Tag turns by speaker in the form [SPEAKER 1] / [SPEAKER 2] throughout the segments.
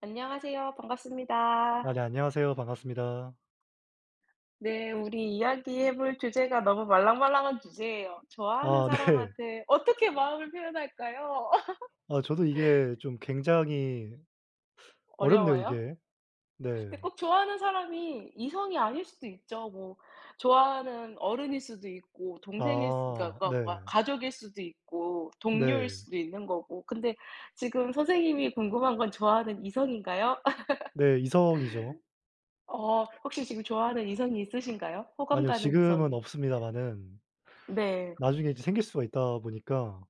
[SPEAKER 1] 안녕하세요. 반갑습니다.
[SPEAKER 2] 아 네 안녕하세요. 반갑습니다.
[SPEAKER 1] 네, 우리 이야기해 볼 주제가 너무 말랑말랑한 주제예요. 좋아하는
[SPEAKER 2] 아 네.
[SPEAKER 1] 사람한테 어떻게 마음을 표현할까요?
[SPEAKER 2] 아 저도 이게 좀 굉장히 어렵네요
[SPEAKER 1] 어려워요?
[SPEAKER 2] 이게. 네.
[SPEAKER 1] 근데 꼭 좋아하는 사람이 이성이 아닐 수도 있죠. 뭐 좋아하는 어른일 수도 있고 동생일 수 그러니까
[SPEAKER 2] 아
[SPEAKER 1] 그러니까 뭔가
[SPEAKER 2] 네.
[SPEAKER 1] 가족일 수도 있고 동료일
[SPEAKER 2] 네.
[SPEAKER 1] 수도 있는 거고. 근데 지금 선생님이 궁금한 건 좋아하는 이성인가요?
[SPEAKER 2] 네 이성이죠.
[SPEAKER 1] 혹시 지금 좋아하는 이성이 있으신가요? 호감
[SPEAKER 2] 아니요
[SPEAKER 1] 가는
[SPEAKER 2] 지금은
[SPEAKER 1] 이성이.
[SPEAKER 2] 없습니다마는
[SPEAKER 1] 네.
[SPEAKER 2] 나중에 이제 생길 수가 있다 보니까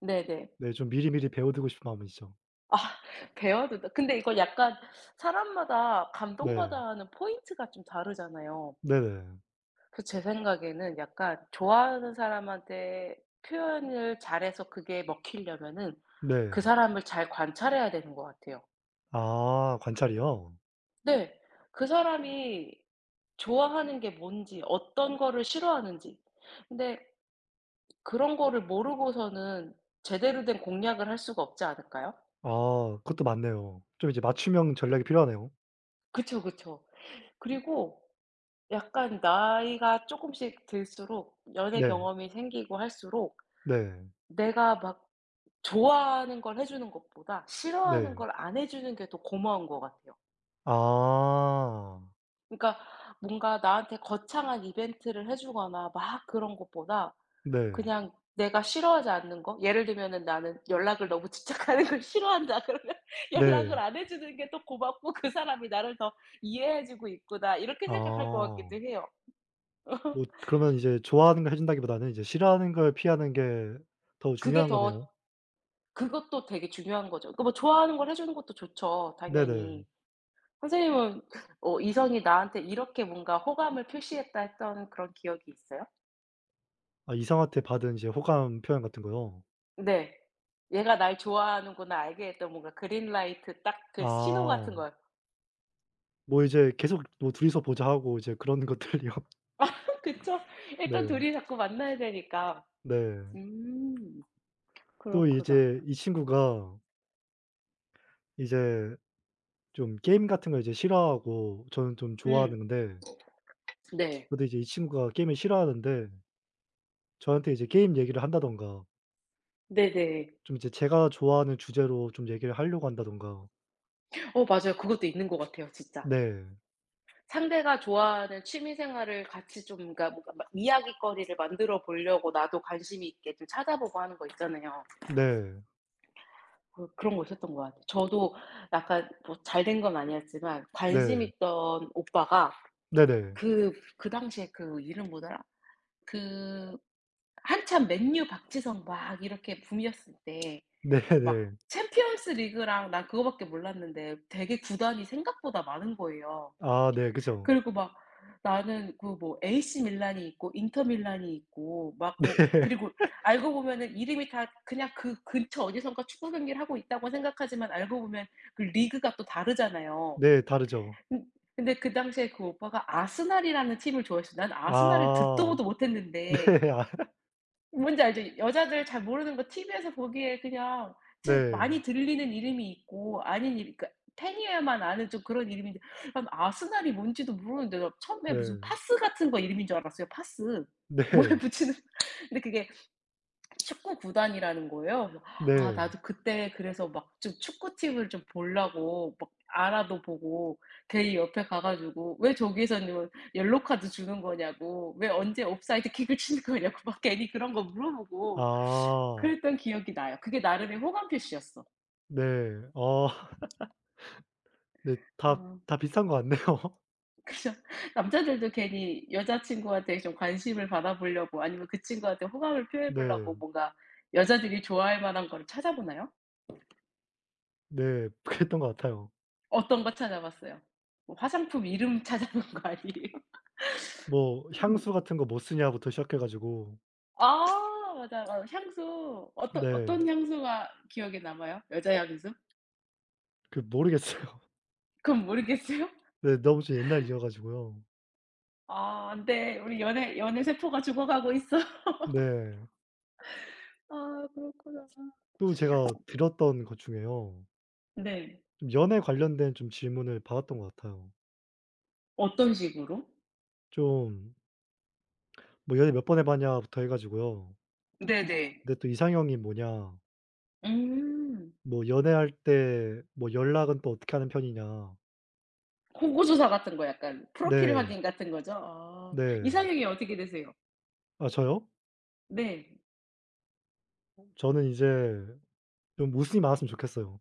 [SPEAKER 1] 네네.
[SPEAKER 2] 네 좀 미리미리 배워두고 싶은 마음이죠.
[SPEAKER 1] 아 배워도 근데 이거 약간 사람마다 감동받
[SPEAKER 2] 네.
[SPEAKER 1] 아 하는 포인트가 좀 다르잖아요.
[SPEAKER 2] 네네.
[SPEAKER 1] 그 제 생각에는 약간 좋아하는 사람한테 표현을 잘해서 그게 먹히려면은 그
[SPEAKER 2] 네.
[SPEAKER 1] 사람을 잘 관찰해야 되는 것 같아요.
[SPEAKER 2] 아 관찰이요?
[SPEAKER 1] 네. 그 사람이 좋아하는 게 뭔지 어떤 거를 싫어하는지. 근데 그런 거를 모르고서는 제대로 된 공략을 할 수가 없지 않을까요?
[SPEAKER 2] 아 그것도 맞네요. 좀 이제 맞춤형 전략이 필요하네요.
[SPEAKER 1] 그쵸, 그쵸. 그리고 약간 나이가 조금씩 들수록 연애
[SPEAKER 2] 네.
[SPEAKER 1] 경험이 생기고 할수록
[SPEAKER 2] 네.
[SPEAKER 1] 내가 막 좋아하는 걸 해 주는 것보다 싫어하는
[SPEAKER 2] 네.
[SPEAKER 1] 걸 안 해 주는 게 더 고마운 것 같아요.
[SPEAKER 2] 아.
[SPEAKER 1] 그러니까 뭔가 나한테 거창한 이벤트를 해 주거나 막 그런 것보다
[SPEAKER 2] 네.
[SPEAKER 1] 그냥 내가 싫어하지 않는 거 예를 들면은 나는 연락을 너무 집착하는 걸 싫어한다 그러면 연락을
[SPEAKER 2] 네.
[SPEAKER 1] 안 해 주는 게 또 고맙고 '그 사람이 나를 더 이해해 주고 있구나.' 이렇게 생각할 것 같기도
[SPEAKER 2] 아.
[SPEAKER 1] 해요.
[SPEAKER 2] 뭐 그러면 이제 좋아하는 걸 해 준다기보다는 이제 싫어하는 걸 피하는 게 더
[SPEAKER 1] 그게
[SPEAKER 2] 중요한
[SPEAKER 1] 더
[SPEAKER 2] 거네요.
[SPEAKER 1] 그것도 되게 중요한 거죠. 그 뭐 좋아하는 걸 해 주는 것도 좋죠,
[SPEAKER 2] 네네.
[SPEAKER 1] 당연히. 선생님은 이성이 나한테 이렇게 뭔가 호감을 표시했다 했던 그런 기억이 있어요?
[SPEAKER 2] 아 이성한테 받은 이제 호감 표현 같은 거요?
[SPEAKER 1] 네. 얘가 날 좋아하는구나 알게 했던 뭔가 그린라이트 딱 그 신호 같은
[SPEAKER 2] 아.
[SPEAKER 1] 거요.
[SPEAKER 2] 뭐 이제 계속 뭐 "둘이서 보자." 하고 이제 그런 것들이요.
[SPEAKER 1] 그쵸. 일단 둘
[SPEAKER 2] 네.
[SPEAKER 1] 이 자꾸 만나야 되니까.
[SPEAKER 2] 네.
[SPEAKER 1] 음
[SPEAKER 2] 또
[SPEAKER 1] 그렇구나.
[SPEAKER 2] 이제 이 친구가 이제 좀 게임 같은 걸 이제 싫어하고 저는 좀
[SPEAKER 1] 음
[SPEAKER 2] 좋아하는데
[SPEAKER 1] 네.
[SPEAKER 2] 근데 이제 이 친구가 게임을 싫어하는데 저한테 이제 게임 얘기를 한다든가
[SPEAKER 1] 네네.
[SPEAKER 2] 좀 이제 제가 좋아하는 주제로 좀 얘기를 하려고 한다든가
[SPEAKER 1] 어 맞아요. 그것도 있는 것 같아요, 진짜.
[SPEAKER 2] 네.
[SPEAKER 1] 상대가 좋아하는 취미 생활을 같이 좀 그러니까 뭔가 막 이야깃거리를 만들어 보려고 나도 관심이 있게 좀 찾아보고 하는 거 있잖아요.
[SPEAKER 2] 네.
[SPEAKER 1] 그 그런 거 있었던 것 같아요. 저도 약간 뭐 잘 된 건 아니었지만 관심
[SPEAKER 2] 네.
[SPEAKER 1] 있던 오빠가
[SPEAKER 2] 네네.
[SPEAKER 1] 그 당시에 그 이름 뭐더라? 그 한참 맨유 박지성 막 이렇게 붐이었을 때 막
[SPEAKER 2] 네네.
[SPEAKER 1] 챔피언스 리그랑 난 그거밖에 몰랐는데 되게 구단이 생각보다 많은 거예요.
[SPEAKER 2] 아 네. 그죠.
[SPEAKER 1] 그리고 막 나는 그 뭐 AC 밀란이 있고 인터 밀란이 있고 막 뭐 그리고 알고 보면은 이름이 다 그냥 그 근처 어디선가 축구 경기를 하고 있다고 생각하지만 알고 보면 그 리그가 또
[SPEAKER 2] 네.
[SPEAKER 1] 다르잖아요.
[SPEAKER 2] 네, 다르죠.
[SPEAKER 1] 근 근데 그 당시에 그 오빠가 아스날이라는 팀을 좋아했어요. 난 아스날을 듣도
[SPEAKER 2] 아.
[SPEAKER 1] 보도 못했는데
[SPEAKER 2] 네. 아
[SPEAKER 1] 뭔지 알죠? 여자들 잘 모르는 거 TV에서 보기에 그냥 진짜
[SPEAKER 2] 네.
[SPEAKER 1] 많이 들리는 이름이 있고 아닌 이름 그러니까 팬이어야만 아는 좀 그런 이름인데 난 아스날이 뭔지도 모르는데 나 처음에 무슨
[SPEAKER 2] 네.
[SPEAKER 1] 파스 같은 거 이름인 줄 알았어요 파스. 뭐에
[SPEAKER 2] 네.
[SPEAKER 1] 붙이는 근데 그게 축구 구단이라는 거예요. 그래서 아
[SPEAKER 2] 네.
[SPEAKER 1] 나도 그때 그래서 막 좀 축구팀을 좀 보려고 막 알아도 보고 걔 옆에 가 가지고 왜 저기에서는 옐로 카드 주는 거냐고 왜 언제 옵사이드 킥을 치는 거냐고 막 괜히 그런 거 물어보고
[SPEAKER 2] 아.
[SPEAKER 1] 그랬던 기억이 나요. 그게 나름의 호감 표시였어.
[SPEAKER 2] 네. 아 네. 다
[SPEAKER 1] 어
[SPEAKER 2] 다 비슷한 것 같네요.
[SPEAKER 1] 그죠. 남자들도 괜히 여자친구한테 좀 관심을 받아 보려고 아니면 그 친구한테 호감을 표해 보려고
[SPEAKER 2] 네.
[SPEAKER 1] 뭔가 여자들이 좋아할 만한 거를 찾아보나요?
[SPEAKER 2] 네. 그랬던 것 같아요.
[SPEAKER 1] 어떤 거 찾아봤어요. 뭐 화장품 이름 찾아본 거 아니에요?
[SPEAKER 2] 뭐
[SPEAKER 1] 뭐
[SPEAKER 2] 향수 같은 거 뭐 쓰냐부터 시작해 가지고
[SPEAKER 1] 아 맞아. 어, 향수 어떤
[SPEAKER 2] 네.
[SPEAKER 1] 어떤 향수가 기억에 남아요? 여자 향수?
[SPEAKER 2] 그 모르겠어요.
[SPEAKER 1] 그건 모르겠어요?
[SPEAKER 2] 네. 너무 좀 옛날 일이어 가지고요.
[SPEAKER 1] 아 안 돼. 우리 연애 세포가 죽어가고 있어.
[SPEAKER 2] 네.
[SPEAKER 1] 아 그렇구나.
[SPEAKER 2] 또 제가 들었던 것 중에요.
[SPEAKER 1] 네.
[SPEAKER 2] 좀 연애 관련된 좀 질문을 받았던 것 같아요.
[SPEAKER 1] 어떤 식으로?
[SPEAKER 2] 좀 뭐 연애 몇 번 해 봤냐부터 해 가지고요.
[SPEAKER 1] 네네.
[SPEAKER 2] 근데 또 이상형이 뭐냐
[SPEAKER 1] 음.
[SPEAKER 2] 뭐 연애할 때 뭐 연락은 또 어떻게 하는 편이냐.
[SPEAKER 1] 호구조사 같은 거 약간 프로필
[SPEAKER 2] 네.
[SPEAKER 1] 확인 같은 거죠? 아.
[SPEAKER 2] 네.
[SPEAKER 1] 이상형이 어떻게 되세요?
[SPEAKER 2] 아 저요?
[SPEAKER 1] 네.
[SPEAKER 2] 저는 이제 좀 웃음이 많았으면 좋겠어요.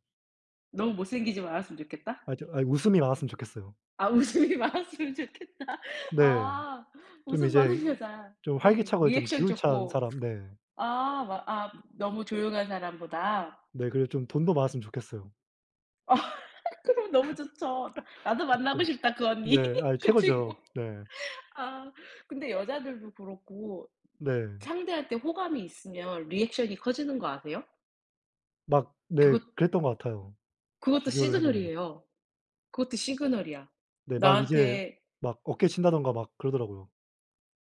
[SPEAKER 1] 너무 못생기지만 았으면 좋겠다.
[SPEAKER 2] 아 저 아 웃음이 많았으면 좋겠어요.
[SPEAKER 1] 아 웃음이 많았으면 좋겠다.
[SPEAKER 2] 네.
[SPEAKER 1] 아
[SPEAKER 2] 좀
[SPEAKER 1] 웃음
[SPEAKER 2] 이제
[SPEAKER 1] 많은 여자.
[SPEAKER 2] 좀
[SPEAKER 1] 네.
[SPEAKER 2] 활기차고 좀
[SPEAKER 1] 리액션
[SPEAKER 2] 기운찬
[SPEAKER 1] 좋고.
[SPEAKER 2] 사람 네.
[SPEAKER 1] 아 막 아 너무 조용한 사람보다.
[SPEAKER 2] 네 그리고 좀 돈도 많았으면 좋겠어요.
[SPEAKER 1] 아 그럼 너무 좋죠. 나도 만나고 싶다 그
[SPEAKER 2] 네.
[SPEAKER 1] 언니.
[SPEAKER 2] 네. 아
[SPEAKER 1] 그 친구.
[SPEAKER 2] 최고죠. 네.
[SPEAKER 1] 아 근데 여자들도 그렇고
[SPEAKER 2] 네.
[SPEAKER 1] 상대할 때 호감이 있으면 리액션이 커지는 거 아세요?
[SPEAKER 2] 막 네
[SPEAKER 1] 그것
[SPEAKER 2] 그랬던 것 같아요
[SPEAKER 1] 그것도
[SPEAKER 2] 비교를 해 보면은.
[SPEAKER 1] 시그널이에요. 그것도 시그널이야.
[SPEAKER 2] 네 막 이제
[SPEAKER 1] 나한테
[SPEAKER 2] 막 어깨친다든가 막 그러더라고요.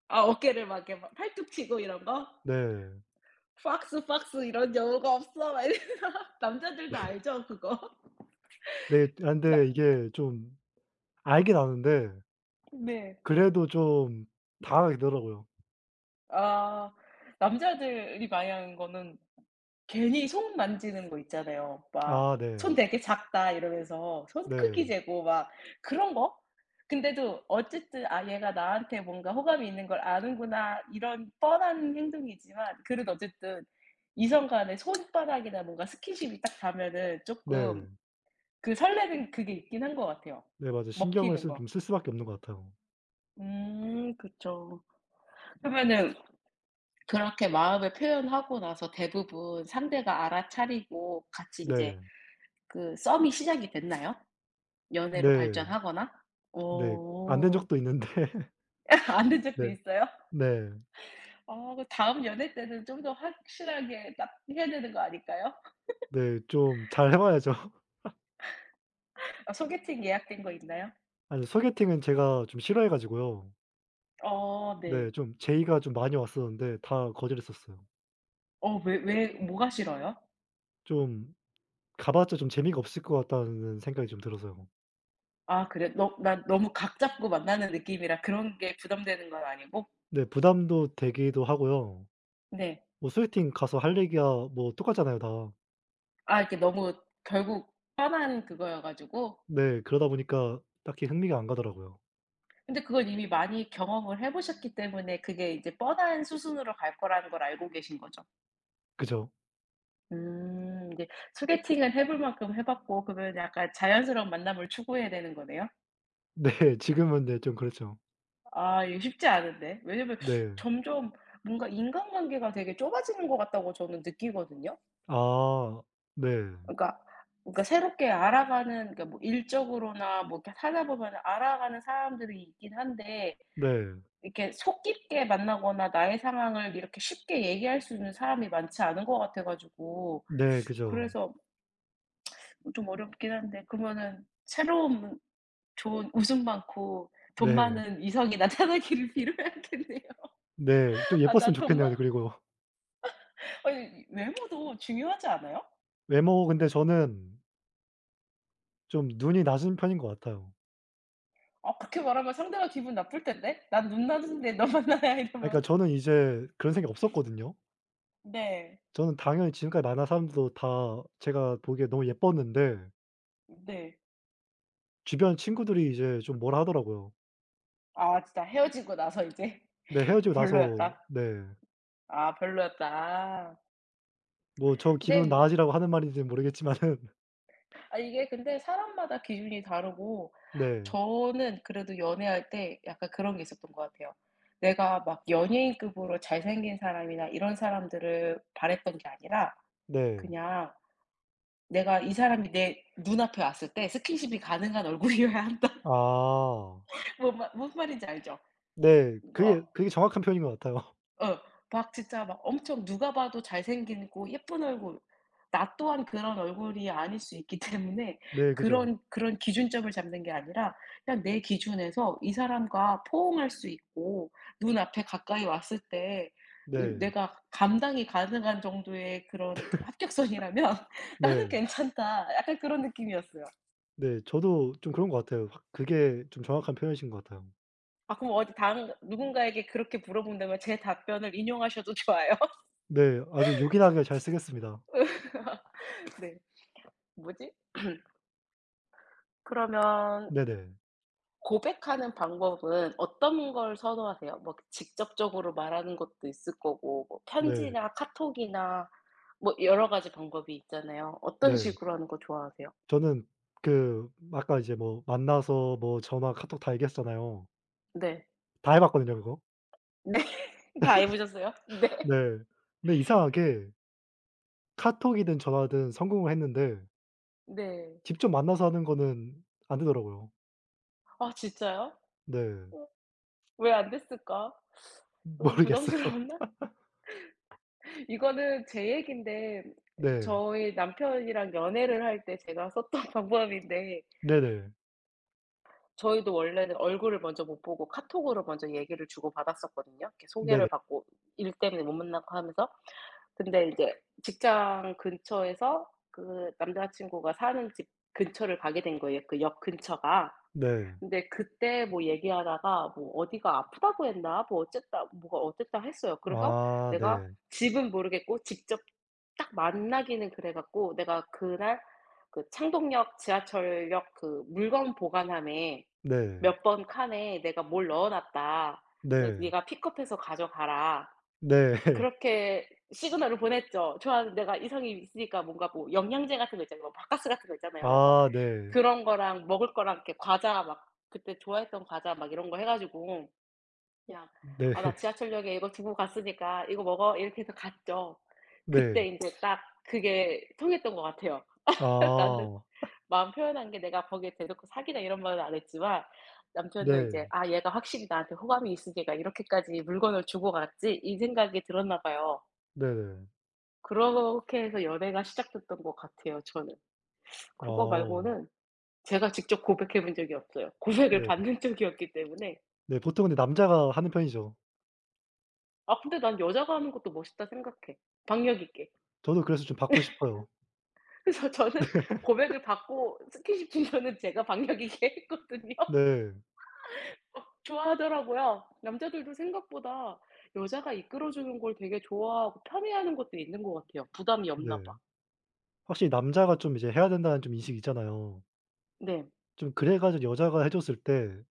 [SPEAKER 1] 아 어깨를 막 이렇게 막 팔뚝 치고 이런 거?
[SPEAKER 2] 네.
[SPEAKER 1] "Fox, fox 이런 영어가 없어." 막 이러 남자들도 알죠, 그거?
[SPEAKER 2] 네. 아
[SPEAKER 1] 나
[SPEAKER 2] 근데 이게 좀 알긴 아는데
[SPEAKER 1] 네.
[SPEAKER 2] 그래도 좀 당황하게 되더라고요.
[SPEAKER 1] 아 남자들이 많이 하는 거는 괜히 손 만지는 거 있잖아요. 막
[SPEAKER 2] 아
[SPEAKER 1] "손
[SPEAKER 2] 네.
[SPEAKER 1] 되게 작다." 이러면서 손 크기
[SPEAKER 2] 네.
[SPEAKER 1] 재고 막 그런 거? 근데도 어쨌든 '아 얘가 나한테 뭔가 호감이 있는 걸 아는구나.' 이런 뻔한 행동이지만 그래도 어쨌든 이성 간의 손바닥이나 뭔가 스킨십이 딱 닿으면은 조금
[SPEAKER 2] 네.
[SPEAKER 1] 그 설레는 그게 있긴 한 것 같아요.
[SPEAKER 2] 네 맞아요. 신경을
[SPEAKER 1] 먹히는
[SPEAKER 2] 쓸
[SPEAKER 1] 거.
[SPEAKER 2] 좀 쓸 수밖에 없는 것 같아요.
[SPEAKER 1] 그쵸. 그러면은 그렇게 마음을 표현하고 나서 대부분 상대가 알아차리고 같이 인제
[SPEAKER 2] 네.
[SPEAKER 1] 그 썸이 시작이 됐나요? 연애로
[SPEAKER 2] 네.
[SPEAKER 1] 발전하거나?
[SPEAKER 2] 네. 안 된
[SPEAKER 1] 어.
[SPEAKER 2] 적도 있는데
[SPEAKER 1] 안 된 적도
[SPEAKER 2] 네.
[SPEAKER 1] 있어요?
[SPEAKER 2] 네.
[SPEAKER 1] 아 그 다음 연애 때는 좀 더 확실하게 딱 해야 되는 거 아닐까요?
[SPEAKER 2] 네. 좀 잘 해 봐야죠.
[SPEAKER 1] 아 소개팅 예약된 거 있나요?
[SPEAKER 2] 아니 소개팅은 제가 좀 싫어해 가지고요.
[SPEAKER 1] 어 네.
[SPEAKER 2] 네 좀 제의가 좀 많이 왔었는데 다 거절했었어요.
[SPEAKER 1] 어 왜 뭐가 싫어요?
[SPEAKER 2] 좀 가 봤자 좀 재미가 없을 것 같다는 생각이 좀 들어서요.
[SPEAKER 1] 아 그래 너 난 너무 각 잡고 만나는 느낌이라 그런 게 부담되는 건 아니고?
[SPEAKER 2] 네 부담도 되기도 하고요.
[SPEAKER 1] 네.
[SPEAKER 2] 뭐 소개팅 가서 할 얘기야 뭐 똑같잖아요 다.
[SPEAKER 1] 아 이게 너무 결국 편한 그거여 가지고
[SPEAKER 2] 네. 그러다 보니까 딱히 흥미가 안 가더라고요.
[SPEAKER 1] 근데 그걸 이미 많이 경험을 해 보셨기 때문에 그게 이제 뻔한 수순으로 갈 거라는 걸 알고 계신 거죠.
[SPEAKER 2] 그죠?
[SPEAKER 1] 이제 소개팅은 해볼 만큼 해 봤고 그러면 약간 자연스러운 만남을 추구해야 되는 거네요?
[SPEAKER 2] 네. 지금은 네 좀 그렇죠.
[SPEAKER 1] 아 이거 쉽지 않은데. 왜냐면
[SPEAKER 2] 네.
[SPEAKER 1] 점점 뭔가 인간관계가 되게 좁아지는 것 같다고 저는 느끼거든요.
[SPEAKER 2] 아. 네.
[SPEAKER 1] 그러니까 그러니까 새롭게 알아가는 그러니까 뭐 일적으로나 뭐 이렇게 살다 보면은 알아가는 사람들이 있긴 한데
[SPEAKER 2] 네.
[SPEAKER 1] 이렇게 속 깊게 만나거나 나의 상황을 이렇게 쉽게 얘기할 수 있는 사람이 많지 않은 것 같아 가지고
[SPEAKER 2] 네. 그죠.
[SPEAKER 1] 그래서 좀 어렵긴 한데 그러면은 새로운 좋은 웃음 많고 돈
[SPEAKER 2] 네.
[SPEAKER 1] 많은 이성이 나타나기를 빌어야겠네요.
[SPEAKER 2] 네. 좀
[SPEAKER 1] 아 나
[SPEAKER 2] 예뻤으면
[SPEAKER 1] 돈 많
[SPEAKER 2] 좋겠네요. 그리고
[SPEAKER 1] 아니 외모도 중요하지 않아요?
[SPEAKER 2] 외모 근데 저는 좀 눈이 낮은 편인 것 같아요.
[SPEAKER 1] 아 그렇게 말하면 상대가 기분 나쁠 텐데. "난 눈 낮은데 너 만나냐?"
[SPEAKER 2] 아
[SPEAKER 1] 이러면.
[SPEAKER 2] 그러니까 저는 이제 그런 생각이 없었거든요.
[SPEAKER 1] 네.
[SPEAKER 2] 저는 당연히 지금까지 만난 사람들도 다 제가 보기에 너무 예뻤는데
[SPEAKER 1] 네.
[SPEAKER 2] 주변 친구들이 이제 좀 뭐라 하더라고요.
[SPEAKER 1] 아 진짜 헤어지고 나서 이제
[SPEAKER 2] 네. 헤어지고 나서
[SPEAKER 1] 별로였다.
[SPEAKER 2] 네.
[SPEAKER 1] 아 별로였다. 아.
[SPEAKER 2] 뭐 저
[SPEAKER 1] 근데
[SPEAKER 2] 기분
[SPEAKER 1] 뭐
[SPEAKER 2] 나아지라고 하는 말인지는 모르겠지만은
[SPEAKER 1] 아 이게 근데 사람마다 기준이 다르고
[SPEAKER 2] 네.
[SPEAKER 1] 저는 그래도 연애할 때 약간 그런 게 있었던 것 같아요. 내가 막 연예인급으로 잘생긴 사람이나 이런 사람들을 바랬던 게 아니라
[SPEAKER 2] 네.
[SPEAKER 1] 그냥 내가 이 사람이 내 눈앞에 왔을 때 스킨십이 가능한 얼굴이어야 한다.
[SPEAKER 2] 아.
[SPEAKER 1] 뭔 말인지 알죠?
[SPEAKER 2] 네. 그게 정확한 표현인 것 같아요.
[SPEAKER 1] 어. 막 진짜 막 엄청 누가 봐도 잘생기고 예쁜 얼굴. 나 또한 그런 얼굴이 아닐 수 있기 때문에
[SPEAKER 2] 네. 그죠.
[SPEAKER 1] 그런 기준점을 잡는 게 아니라 그냥 내 기준에서 이 사람과 포옹할 수 있고 눈앞에 가까이 왔을 때 으
[SPEAKER 2] 네.
[SPEAKER 1] 내가 감당이 가능한 정도의 그런 합격선이라면 '나는
[SPEAKER 2] 네.
[SPEAKER 1] 괜찮다.' 약간 그런 느낌이었어요.
[SPEAKER 2] 네. 저도 좀 그런 것 같아요. 확 그게 좀 정확한 표현이신 것 같아요.
[SPEAKER 1] 아 그럼 어디 다른 누군가에게 그렇게 물어본다면 제 답변을 인용하셔도 좋아요.
[SPEAKER 2] 네. 아주 요긴하게 잘 쓰겠습니다.
[SPEAKER 1] 네. 뭐지? 그러면
[SPEAKER 2] 네네.
[SPEAKER 1] 고백하는 방법은 어떤 걸 선호하세요? 뭐 직접적으로 말하는 것도 있을 거고 뭐
[SPEAKER 2] 네.
[SPEAKER 1] 편지나 카톡이나 뭐 여러 가지 방법이 있잖아요. 어떤
[SPEAKER 2] 네.
[SPEAKER 1] 식으로 하는 거 좋아하세요?
[SPEAKER 2] 저는 그 아까 이제 뭐 만나서 뭐 전화, 카톡 다 얘기했잖아요.
[SPEAKER 1] 네.
[SPEAKER 2] 다 해 봤거든요 그거.
[SPEAKER 1] 네. 다 해 보셨어요? 네.
[SPEAKER 2] 네. 근데 이상하게 카톡이든 전화든 성공을 했는데
[SPEAKER 1] 네.
[SPEAKER 2] 직접 만나서 하는 거는 안 되더라고요.
[SPEAKER 1] 아 진짜요?
[SPEAKER 2] 네.
[SPEAKER 1] 어 왜 안 됐을까? 너무
[SPEAKER 2] 모르겠어요.
[SPEAKER 1] 부담스러웠나? 이거는 제 얘기인데
[SPEAKER 2] 네.
[SPEAKER 1] 저희 남편이랑 연애를 할 때 제가 썼던 방법인데
[SPEAKER 2] 네네.
[SPEAKER 1] 저희도 원래는 얼굴을 먼저 못 보고 카톡으로 먼저 얘기를 주고받았었거든요. 이렇게 소개를
[SPEAKER 2] 네네.
[SPEAKER 1] 받고 일 때문에 못 만나고 하면서. 근데 이제 직장 근처에서 그 남자 친구가 사는 집 근처를 가게 된 거예요, 그 역 근처가.
[SPEAKER 2] 네.
[SPEAKER 1] 근데 그때 뭐 얘기하다가 뭐 어디가 아프다고 했나 뭐 어쨌다 뭐가 어쨌다 했어요. 그래서
[SPEAKER 2] 아
[SPEAKER 1] 내가
[SPEAKER 2] 네.
[SPEAKER 1] 집은 모르겠고 직접 딱 만나기는 그래 갖고 내가 그날 그 창동역 지하철역 그 물건 보관함에
[SPEAKER 2] 네.
[SPEAKER 1] 몇 번 칸에 내가 뭘 넣어 놨다. 그
[SPEAKER 2] 네.
[SPEAKER 1] "네가 픽업해서 가져가라."
[SPEAKER 2] 네.
[SPEAKER 1] 그렇게 시그널을 보냈죠. 좋아하는 내가 이성이 있으니까 뭔가 뭐 영양제 같은 거 있잖아요. 막 바카스 같은 거 있잖아요. 막
[SPEAKER 2] 아 네.
[SPEAKER 1] 그런 거랑 먹을 거랑 이렇게 과자 막 그때 좋아했던 과자 막 이런 거 해 가지고 그냥
[SPEAKER 2] 네.
[SPEAKER 1] "아 나 지하철역에 이거 두고 갔으니까 이거 먹어." 이렇게 해서 갔죠.
[SPEAKER 2] 네.
[SPEAKER 1] 그때 인제 딱 그게 통했던 것 같아요. 나는
[SPEAKER 2] 아.
[SPEAKER 1] 마음 표현한 게 내가 거기에 대놓고 사귀자 이런 말은 안 했지만 남편도 이제
[SPEAKER 2] 네.
[SPEAKER 1] '아 얘가 확실히 나한테 호감이 있으니까 이렇게까지 물건을 주고 갔지.' 이 생각이 들었나 봐요.
[SPEAKER 2] 네네.
[SPEAKER 1] 그렇게 해서 연애가 시작됐던 것 같아요 저는. 그거
[SPEAKER 2] 아.
[SPEAKER 1] 말고는 제가 직접 고백해 본 적이 없어요. 고백을
[SPEAKER 2] 네.
[SPEAKER 1] 받는 쪽이었기 때문에.
[SPEAKER 2] 네 보통 근데 남자가 하는 편이죠.
[SPEAKER 1] 아 근데 난 여자가 하는 것도 멋있다 생각해 박력 있게.
[SPEAKER 2] 저도 그래서 좀 받고 싶어요.
[SPEAKER 1] 그래서 저는 고백을 받고 스킨십 진저는 제가 박력 있게 했거든요.
[SPEAKER 2] 네.
[SPEAKER 1] 좋아하더라고요. 남자들도 생각보다 여자가 이끌어 주는 걸 되게 좋아하고 편해하는 것도 있는 것 같아요. 부담이 없나
[SPEAKER 2] 네.
[SPEAKER 1] 봐.
[SPEAKER 2] 확실히 남자가 좀 이제 해야 된다는 좀 인식이 있잖아요.
[SPEAKER 1] 네.
[SPEAKER 2] 좀 그래 가지고 여자가 해 줬을 때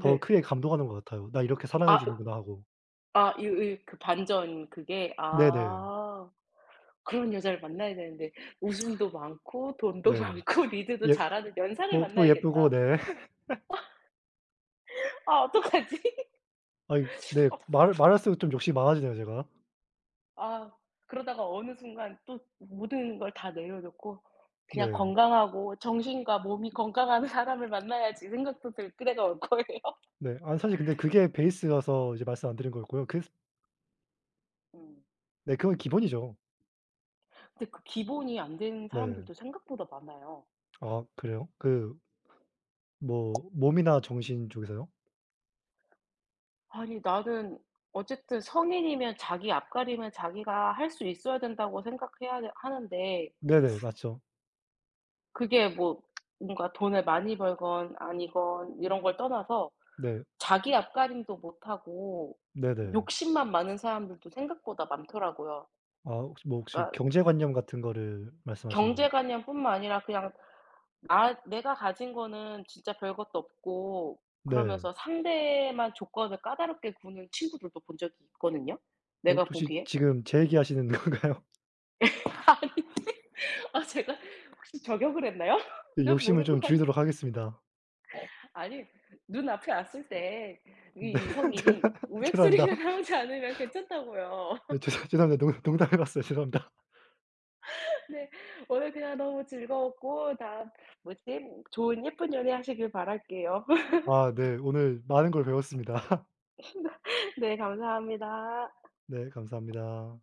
[SPEAKER 2] 더 크게 감동하는 것 같아요. '나 이렇게 사랑해
[SPEAKER 1] 아
[SPEAKER 2] 주는구나.' 하고.
[SPEAKER 1] 아 이 이 그 반전 그게
[SPEAKER 2] 네네.
[SPEAKER 1] 아. 그런 여자를 만나야 되는데 웃음도 많고 돈도
[SPEAKER 2] 네.
[SPEAKER 1] 많고 리드도
[SPEAKER 2] 예
[SPEAKER 1] 잘하는 연상을
[SPEAKER 2] 또 또 예쁘고
[SPEAKER 1] 만나야겠다.
[SPEAKER 2] 네.
[SPEAKER 1] 아 어떡하지?
[SPEAKER 2] 아이 네. 말을 말할수록 좀 욕심이 많아지네요 제가.
[SPEAKER 1] 아 그러다가 어느 순간 또 모든 걸 다 내려놓고 그냥
[SPEAKER 2] 네.
[SPEAKER 1] 건강하고 정신과 몸이 건강한 사람을 만나야지 생각도 들 때가 올 거예요.
[SPEAKER 2] 네. 아 사실 근데 그게 베이스라서 이제 말씀 안 드린 거였고요. 그래서
[SPEAKER 1] 음.
[SPEAKER 2] 네 그건 기본이죠.
[SPEAKER 1] 근데 그 기본이 안 되는
[SPEAKER 2] 네.
[SPEAKER 1] 사람들도 생각보다 많아요.
[SPEAKER 2] 아 그래요? 그 뭐 몸이나 정신 쪽에서요?
[SPEAKER 1] 아니 나는 어쨌든 성인이면 자기 앞가림은 자기가 할 수 있어야 된다고 하는데
[SPEAKER 2] 네네. 맞죠.
[SPEAKER 1] 그게 뭐 뭔가 돈을 많이 벌건 아니건 이런 걸 떠나서
[SPEAKER 2] 네.
[SPEAKER 1] 자기 앞가림도 못하고
[SPEAKER 2] 네네.
[SPEAKER 1] 욕심만 많은 사람들도 생각보다 많더라고요.
[SPEAKER 2] 아 혹시 뭐 혹시
[SPEAKER 1] 그러니까
[SPEAKER 2] 경제관념 같은 거를 말씀하시는 건가요?
[SPEAKER 1] 경제관념뿐만 아니라 그냥 나 내가 가진 거는 진짜 별것도 없고
[SPEAKER 2] 네.
[SPEAKER 1] 그러면서 상대만 조건을 까다롭게 구는 친구들도 본 적이 있거든요,
[SPEAKER 2] 어
[SPEAKER 1] 내가
[SPEAKER 2] 혹시
[SPEAKER 1] 보기에.
[SPEAKER 2] 지금 제 얘기하시는 건가요?
[SPEAKER 1] 아니 아 제가 혹시 저격을 했나요?
[SPEAKER 2] 네
[SPEAKER 1] 그
[SPEAKER 2] 욕심을
[SPEAKER 1] 모르고
[SPEAKER 2] 좀
[SPEAKER 1] 하니
[SPEAKER 2] 줄이도록 하겠습니다.
[SPEAKER 1] 아니 눈앞에 왔을 때
[SPEAKER 2] 네.
[SPEAKER 1] 이
[SPEAKER 2] 죄
[SPEAKER 1] 이성이
[SPEAKER 2] 죄송합니다.
[SPEAKER 1] 우웩소리가 나오지 않으면 괜찮다고요.
[SPEAKER 2] 네 죄송합니다. 농 농담해 봤어요. 죄송합니다.
[SPEAKER 1] 네. 오늘 그냥 너무 즐거웠고 다음 뭐지? 좋은 예쁜 연애 하시길 바랄게요.
[SPEAKER 2] 아 네. 오늘 많은 걸 배웠습니다.
[SPEAKER 1] 네 감사합니다.
[SPEAKER 2] 네 감사합니다.